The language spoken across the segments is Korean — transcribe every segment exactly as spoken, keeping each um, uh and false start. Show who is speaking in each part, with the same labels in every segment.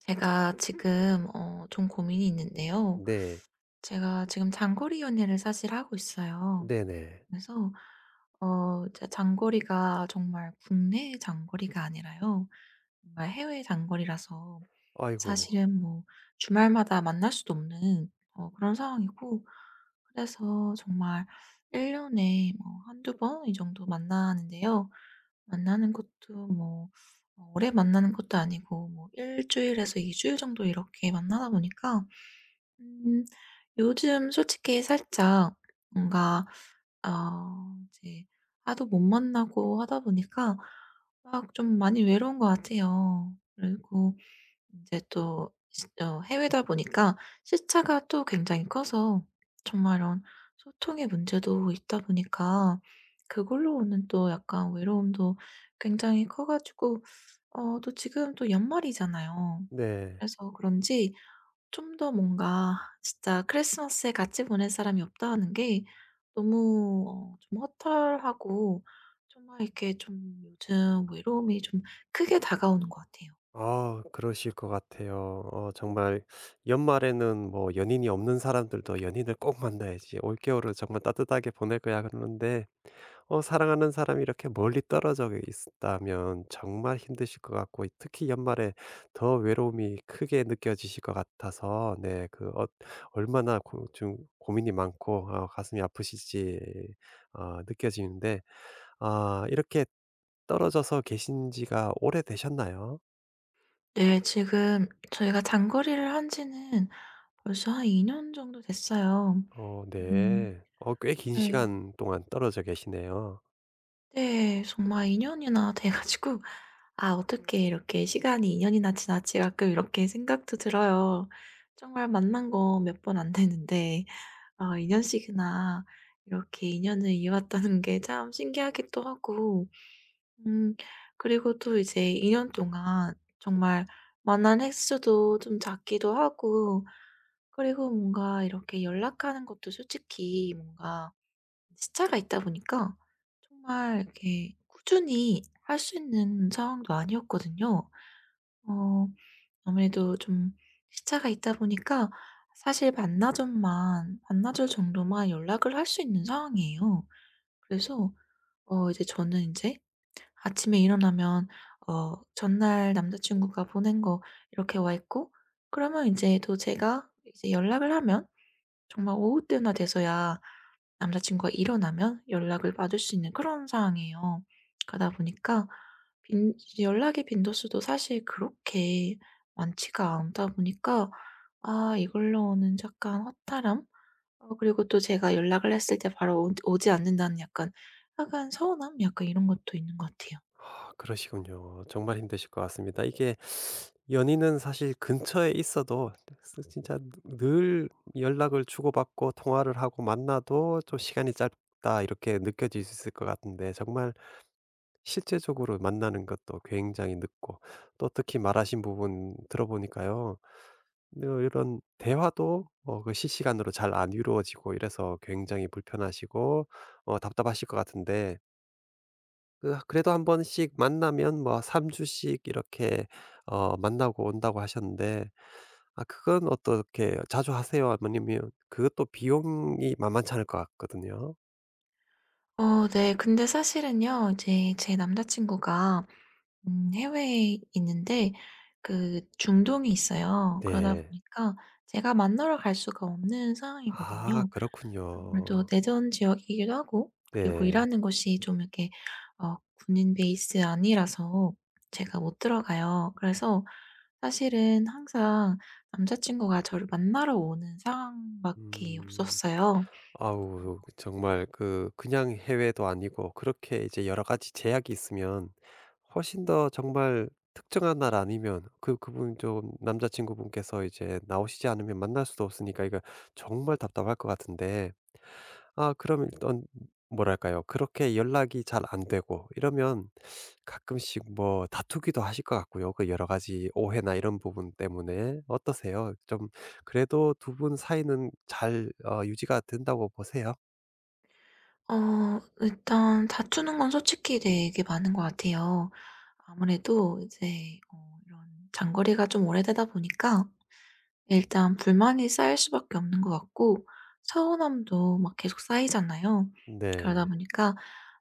Speaker 1: 제가 지금 어 좀 고민이 있는데요.
Speaker 2: 네.
Speaker 1: 제가 지금 장거리 연애를 사실 하고 있어요.
Speaker 2: 네네.
Speaker 1: 그래서 어 제 장거리가 정말 국내 장거리가 아니라요. 정말 해외 장거리라서
Speaker 2: 아이고.
Speaker 1: 사실은 뭐 주말마다 만날 수도 없는 어 그런 상황이고, 그래서 정말 일 년에 뭐두번 이 정도 만나는데요. 만나는 것도 뭐 어 오래 만나는 것도 아니고 뭐 일 주일에서 이 주일 정도 이렇게 만나다 보니까 음 요즘 솔직히 살짝 뭔가 어 이제 하도 못 만나고 하다 보니까 막 좀 많이 외로운 것 같아요. 그리고 이제 또 시 어 해외다 보니까 시차가 또 굉장히 커서 정말 이런 소통의 문제도 있다 보니까 그걸로 오는 또 약간 외로움도 굉장히 커 가지고 어 또 지금 또 연말이잖아요.
Speaker 2: 네.
Speaker 1: 그래서 그런지 좀 더 뭔가 진짜 크리스마스에 같이 보낼 사람이 없다는 게 너무 어 좀 허탈하고, 정말 이렇게 좀 요즘 외로움이 좀 크게 다가오는 것 같아요.
Speaker 2: 아 그러실 것 같아요. 어 정말 연말에는 뭐 연인이 없는 사람들도 "연인을 꼭 만나야지. 올겨울을 정말 따뜻하게 보낼 거야." 그러는데 어 사랑하는 사람이 이렇게 멀리 떨어져 있다면 정말 힘드실 것 같고, 특히 연말에 더 외로움이 크게 느껴지실 것 같아서, 네, 그 어, 얼마나 고 좀 고민이 많고 어, 가슴이 아프실지 어, 느껴지는데, 아 이렇게 떨어져서 계신 지가 오래되셨나요?
Speaker 1: 네. 지금 저희가 장거리를 한 지는 벌써 한 이 년 정도 됐어요.
Speaker 2: 어
Speaker 1: 음.
Speaker 2: 네. 어 꽤 긴
Speaker 1: 네.
Speaker 2: 시간 동안 떨어져 계시네요.
Speaker 1: 네. 정말 이 년이나 돼 가지고 '아 어떻게 이렇게 시간이 이 년이나 지났지?' 가끔 이렇게 생각도 들어요. 정말 만난 거 몇 번 안 되는데 아 이 년씩이나 이렇게 인연을 이어왔다는 게 참 신기하기도 하고, 음 그리고 또 이제 이 년 동안 정말 만난 횟수도 좀 작기도 하고, 그리고 뭔가 이렇게 연락하는 것도 솔직히 뭔가 시차가 있다 보니까 정말 이렇게 꾸준히 할 수 있는 상황도 아니었거든요. 어 아무래도 좀 시차가 있다 보니까 사실 반나절만 반나절 정도만 연락을 할 수 있는 상황이에요. 그래서 어 이제 저는 이제 아침에 일어나면 어 전날 남자친구가 보낸 거 이렇게 와 있고, 그러면 이제 또 제가 이제 연락을 하면 정말 오후 때나 돼서야 남자친구가 일어나면 연락을 받을 수 있는 그런 상황이에요. 그러다 보니까 빈 연락의 빈도수도 사실 그렇게 많지가 않다 보니까 아 이걸로 는 약간 허탈함, 어 그리고 또 제가 연락을 했을 때 바로 오 오지 않는다는 약간, 약간 서운함 약간 이런 것도 있는 것 같아요.
Speaker 2: 아 그러시군요. 정말 힘드실 것 같습니다. 이게 연인은 사실 근처에 있어도 진짜 늘 연락을 주고받고 통화를 하고, 만나도 좀 '시간이 짧다.' 이렇게 느껴질 수 있을 것 같은데, 정말 실제적으로 만나는 것도 굉장히 늦고 또 특히 말하신 부분 들어보니까요. 어 이런 대화도 어 그 실시간으로 잘 안 이루어지고 이래서 굉장히 불편하시고 어 답답하실 것 같은데, 그 그래도 한 번씩 만나면 뭐 3 주씩 이렇게 어 만나고 온다고 하셨는데, 아 그건 어떻게 자주 하세요? 아니면 그것도 비용이 만만치 않을 것 같거든요.
Speaker 1: 어 네. 근데 사실은요. 이제 제 남자친구가 음 해외에 있는데 그 중동이 있어요. 그러다
Speaker 2: 네.
Speaker 1: 보니까 제가 만나러 갈 수가 없는
Speaker 2: 아
Speaker 1: 상황이거든요. 아무래도
Speaker 2: 그렇군요.
Speaker 1: 내전 지역이기도 하고, 그리고
Speaker 2: 네.
Speaker 1: 일하는 곳이 좀 이렇게 어 군인 베이스 아니라서 제가 못 들어가요. 그래서 사실은 항상 남자 친구가 저를 만나러 오는 상황밖에
Speaker 2: 음.
Speaker 1: 없었어요.
Speaker 2: 아우 정말, 그 그냥 해외도 아니고 그렇게 이제 여러 가지 제약이 있으면 훨씬 더, 정말 특정한 날 아니면 그 그분, 좀 남자친구분께서 이제 나오시지 않으면 만날 수도 없으니까, 이거 정말 답답할 것 같은데. 아 그럼 일단 뭐랄까요, 그렇게 연락이 잘 안 되고 이러면 가끔씩 뭐 다투기도 하실 것 같고요. 그 여러 가지 오해나 이런 부분 때문에 어떠세요? 좀 그래도 두 분 사이는 잘 어, 유지가 된다고 보세요?
Speaker 1: 어 일단 다투는 건 솔직히 되게 많은 것 같아요. 아무래도 이제 어 이런 장거리가 좀 오래되다 보니까 일단 불만이 쌓일 수밖에 없는 것 같고, 서운함도 막 계속 쌓이잖아요. 그러다
Speaker 2: 네.
Speaker 1: 보니까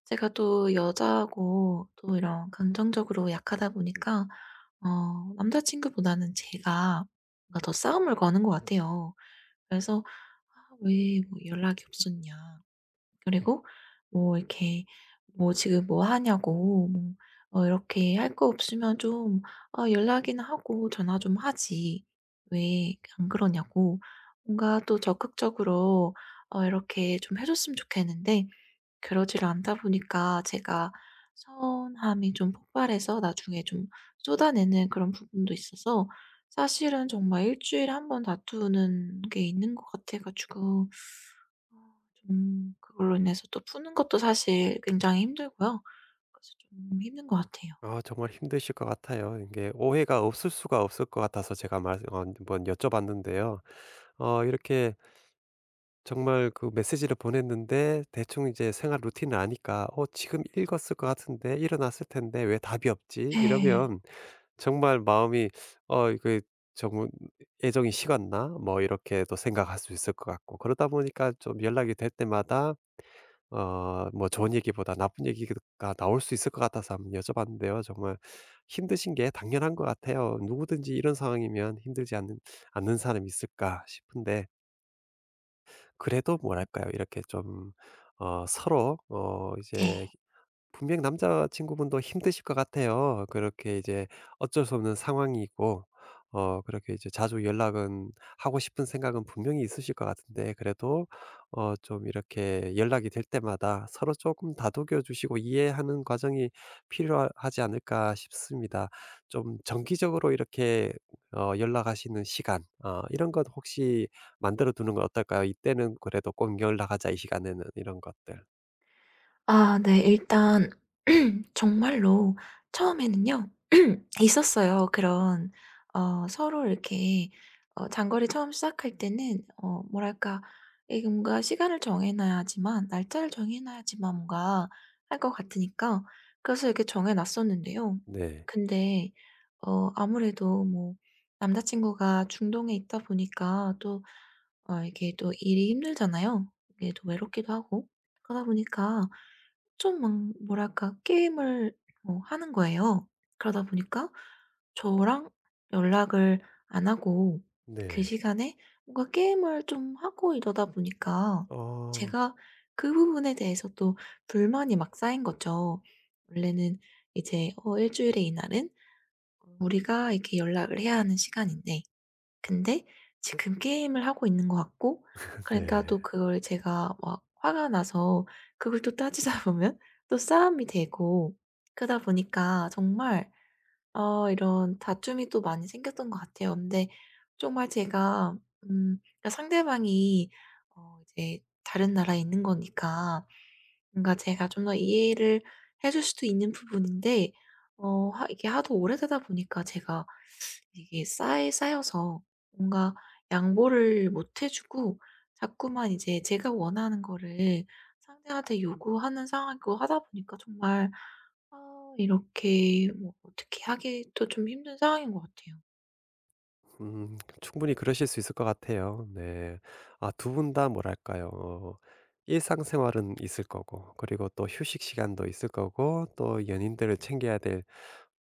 Speaker 1: 제가 또 여자고 또 이런 감정적으로 약하다 보니까 어 남자친구보다는 제가 뭔가 더 싸움을 거는 것 같아요. 그래서 "아 왜뭐 연락이 없었냐." 그리고 뭐 이렇게 뭐 "지금 뭐 하냐."고, 뭐 어 이렇게 "할 거 없으면 좀 아 연락이나 하고 전화 좀 하지 왜 안 그러냐."고 뭔가 또 적극적으로 어 이렇게 좀 해 줬으면 좋겠는데 그러지를 않다 보니까 제가 서운함이 좀 폭발해서 나중에 좀 쏟아내는 그런 부분도 있어서 사실은 정말 일 주일에 한 번 다투는 게 있는 것 같아 가지고 어 좀 그걸로 인해서 또 푸는 것도 사실 굉장히 힘들고요. 그래서 좀 힘든 것 같아요.
Speaker 2: 아 정말 힘드실 것 같아요. 이게 오해가 없을 수가 없을 것 같아서 제가 말 어 한번 여쭤봤는데요. 어 이렇게 정말 그 메시지를 보냈는데, 대충 이제 생활 루틴을 아니까 '어 지금 읽었을 것 같은데. 일어났을 텐데 왜 답이 없지?'
Speaker 1: 네.
Speaker 2: 이러면 정말 마음이 '어 그 정말 애정이 식었나?' 뭐 이렇게 또 생각할 수 있을 것 같고, 그러다 보니까 좀 연락이 될 때마다 어 뭐 좋은 얘기보다 나쁜 얘기가 나올 수 있을 것 같아서 한번 여쭤봤는데요. 정말 힘드신 게 당연한 것 같아요. 누구든지 이런 상황이면 힘들지 않는 않는 사람이 있을까 싶은데, 그래도 뭐랄까요? 이렇게 좀 어 서로 어 이제,
Speaker 1: 네.
Speaker 2: 분명 남자친구분도 힘드실 것 같아요. 그렇게 이제 어쩔 수 없는 상황이고, 어 그렇게 이제 자주 연락은 하고 싶은 생각은 분명히 있으실 것 같은데, 그래도 어 좀 이렇게 연락이 될 때마다 서로 조금 다독여 주시고 이해하는 과정이 필요하지 않을까 싶습니다. 좀 정기적으로 이렇게 어 연락하시는 시간, 어 이런 것 혹시 만들어 두는 건 어떨까요? '이때는 그래도 꼭 연락하자. 이 시간에는.' 이런 것들.
Speaker 1: 아 네. 일단 정말로 처음에는요 있었어요. 그런 어 서로 이렇게 어 장거리 처음 시작할 때는 어 뭐랄까 이게 뭔가 시간을 정해 놔야지만 날짜를 정해 놔야지만 뭔가 할 것 같으니까 그래서 이렇게 정해 놨었는데요.
Speaker 2: 네.
Speaker 1: 근데 어 아무래도 뭐 남자 친구가 중동에 있다 보니까 또 어 이게 또 일이 힘들잖아요. 이게 또 외롭기도 하고. 그러다 보니까 좀 막 뭐랄까 게임을 뭐 하는 거예요. 그러다 보니까 저랑 연락을 안 하고 그
Speaker 2: 네.
Speaker 1: 시간에 뭔가 게임을 좀 하고 이러다 보니까
Speaker 2: 어
Speaker 1: 제가 그 부분에 대해서 또 불만이 막 쌓인 거죠. 원래는 이제 어 주일에 이날은 우리가 이렇게 연락을 해야 하는 시간인데, 근데 지금 게임을 하고 있는 것 같고, 그러니까
Speaker 2: 네.
Speaker 1: 또 그걸 제가 막 화가 나서 그걸 또 따지다 보면 또 싸움이 되고, 그러다 보니까 정말 어 이런 다툼이 또 많이 생겼던 것 같아요. 근데 정말 제가 음 그러니까 상대방이 어 이제 다른 나라에 있는 거니까 뭔가 제가 좀 더 이해를 해줄 수도 있는 부분인데 어 하 이게 하도 오래되다 보니까 제가 이게 쌓이 쌓여서 뭔가 양보를 못해 주고 자꾸만 이제 제가 원하는 거를 상대한테 요구하는 상황이고 하다 보니까 정말 아 이렇게 뭐 어떻게 하기도 좀 힘든 상황인 것 같아요.
Speaker 2: 음 충분히 그러실 수 있을 것 같아요. 네. 아 두 분 다 뭐랄까요. 어 일상생활은 있을 거고, 그리고 또 휴식 시간도 있을 거고, 또 연인들을 챙겨야 될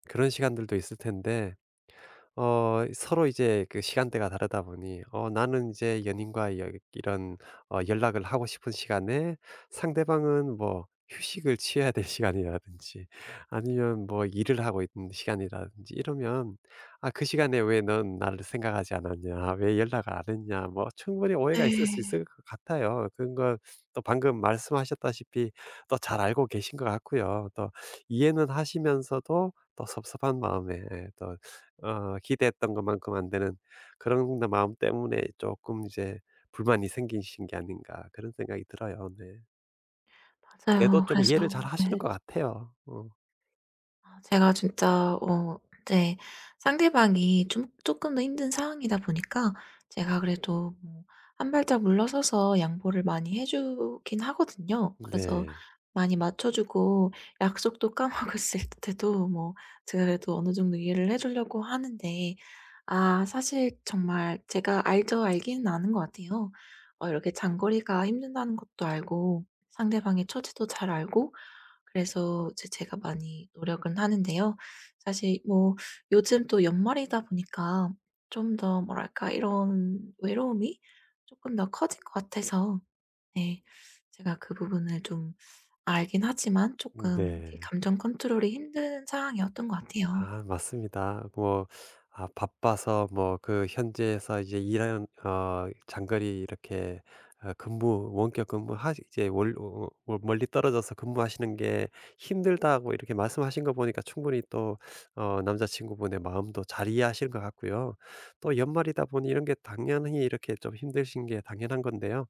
Speaker 2: 그런 시간들도 있을 텐데, 어 서로 이제 그 시간대가 다르다 보니 어 나는 이제 연인과 여 이런 어 연락을 하고 싶은 시간에 상대방은 뭐 휴식을 취해야 될 시간이라든지 아니면 뭐 일을 하고 있는 시간이라든지 이러면 '아 그 시간에 왜 넌 나를 생각하지 않았냐? 왜 연락을 안 했냐?' 뭐 충분히 오해가 있을 수
Speaker 1: 네.
Speaker 2: 있을 것 같아요. 그런 걸 또 방금 말씀하셨다시피 또 잘 알고 계신 것 같고요. 또 이해는 하시면서도 또 섭섭한 마음에 예또 어 기대했던 것만큼 안 되는 그런 마음 때문에 조금 이제 불만이 생기신 게 아닌가 그런 생각이 들어요. 네. 그래도
Speaker 1: 맞아요.
Speaker 2: 좀
Speaker 1: 그래서
Speaker 2: 이해를 잘
Speaker 1: 네.
Speaker 2: 하시는 것 같아요. 어.
Speaker 1: 아 제가 진짜 어 이제 상대방이 좀 조금 더 힘든 상황이다 보니까 제가 그래도 뭐 한 발짝 물러서서 양보를 많이 해 주긴 하거든요. 그래서
Speaker 2: 네.
Speaker 1: 많이 맞춰 주고 약속도 까먹고 있을 때도 뭐 제가 그래도 어느 정도 이해를 해 주려고 하는데 아 사실 정말 제가 알죠. 알기는 아는 것 같아요. 어 이렇게 장거리가 힘든다는 것도 알고 상대방의 처지도 잘 알고, 그래서 이제 제가 많이 노력은 하는데요. 사실 뭐 요즘 또 연말이다 보니까 좀 더 뭐랄까 이런 외로움이 조금 더 커진 것 같아서 네 제가 그 부분을 좀 알긴 하지만 조금 이렇게
Speaker 2: 네.
Speaker 1: 감정 컨트롤이 힘든 상황이었던 것 같아요.
Speaker 2: 아 맞습니다. 뭐 아 바빠서, 뭐 그 현지에서 이제 일하는 어 장거리 이렇게 어 근무, 원격 근무 하 이제 월 어 어 멀리 떨어져서 근무하시는 게 힘들다고 이렇게 말씀하신 거 보니까 충분히 또 어 남자친구분의 마음도 잘 이해하시는 것 같고요. 또 연말이다 보니 이런 게 당연히 이렇게 좀 힘드신 게 당연한 건데요.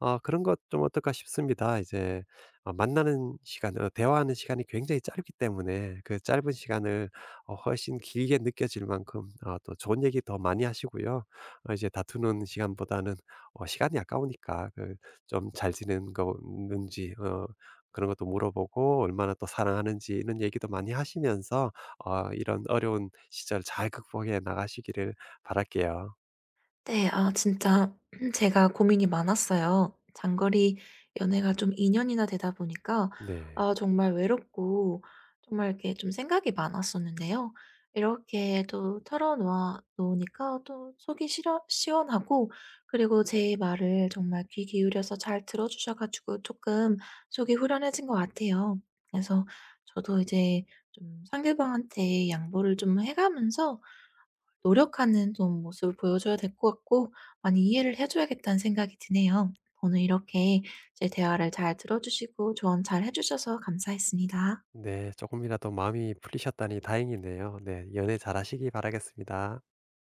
Speaker 2: 아 그런 것 좀 어떨까 싶습니다. 이제 어 만나는 시간, 어 대화하는 시간이 굉장히 짧기 때문에 그 짧은 시간을 어 훨씬 길게 느껴질 만큼 어 또 좋은 얘기 더 많이 하시고요. 어 이제 다투는 시간보다는 어 시간이 아까우니까 그 좀 잘 지낸 거 는지 어 그런 것도 물어보고, 얼마나 또 사랑하는지 이런 얘기도 많이 하시면서 어 이런 어려운 시절 잘 극복해 나가시기를 바랄게요.
Speaker 1: 네. 아 진짜 제가 고민이 많았어요. 장거리 연애가 좀 이 년이나 되다 보니까
Speaker 2: 네.
Speaker 1: 아 정말 외롭고 정말 이렇게 좀 생각이 많았었는데요. 이렇게 또 털어놓아 놓으니까 또 속이 시려 시원하고, 그리고 제 말을 정말 귀 기울여서 잘 들어 주셔 가지고 조금 속이 후련해진 것 같아요. 그래서 저도 이제 좀 상대방한테 양보를 좀 해 가면서 노력하는 좀 모습을 보여줘야 될 것 같고 많이 이해를 해 줘야겠다는 생각이 드네요. 오늘 이렇게 제 대화를 잘 들어 주시고 조언 잘 해 주셔서 감사했습니다.
Speaker 2: 네. 조금이라도 마음이 풀리셨다니 다행이네요. 네. 연애 잘하시기 바라겠습니다.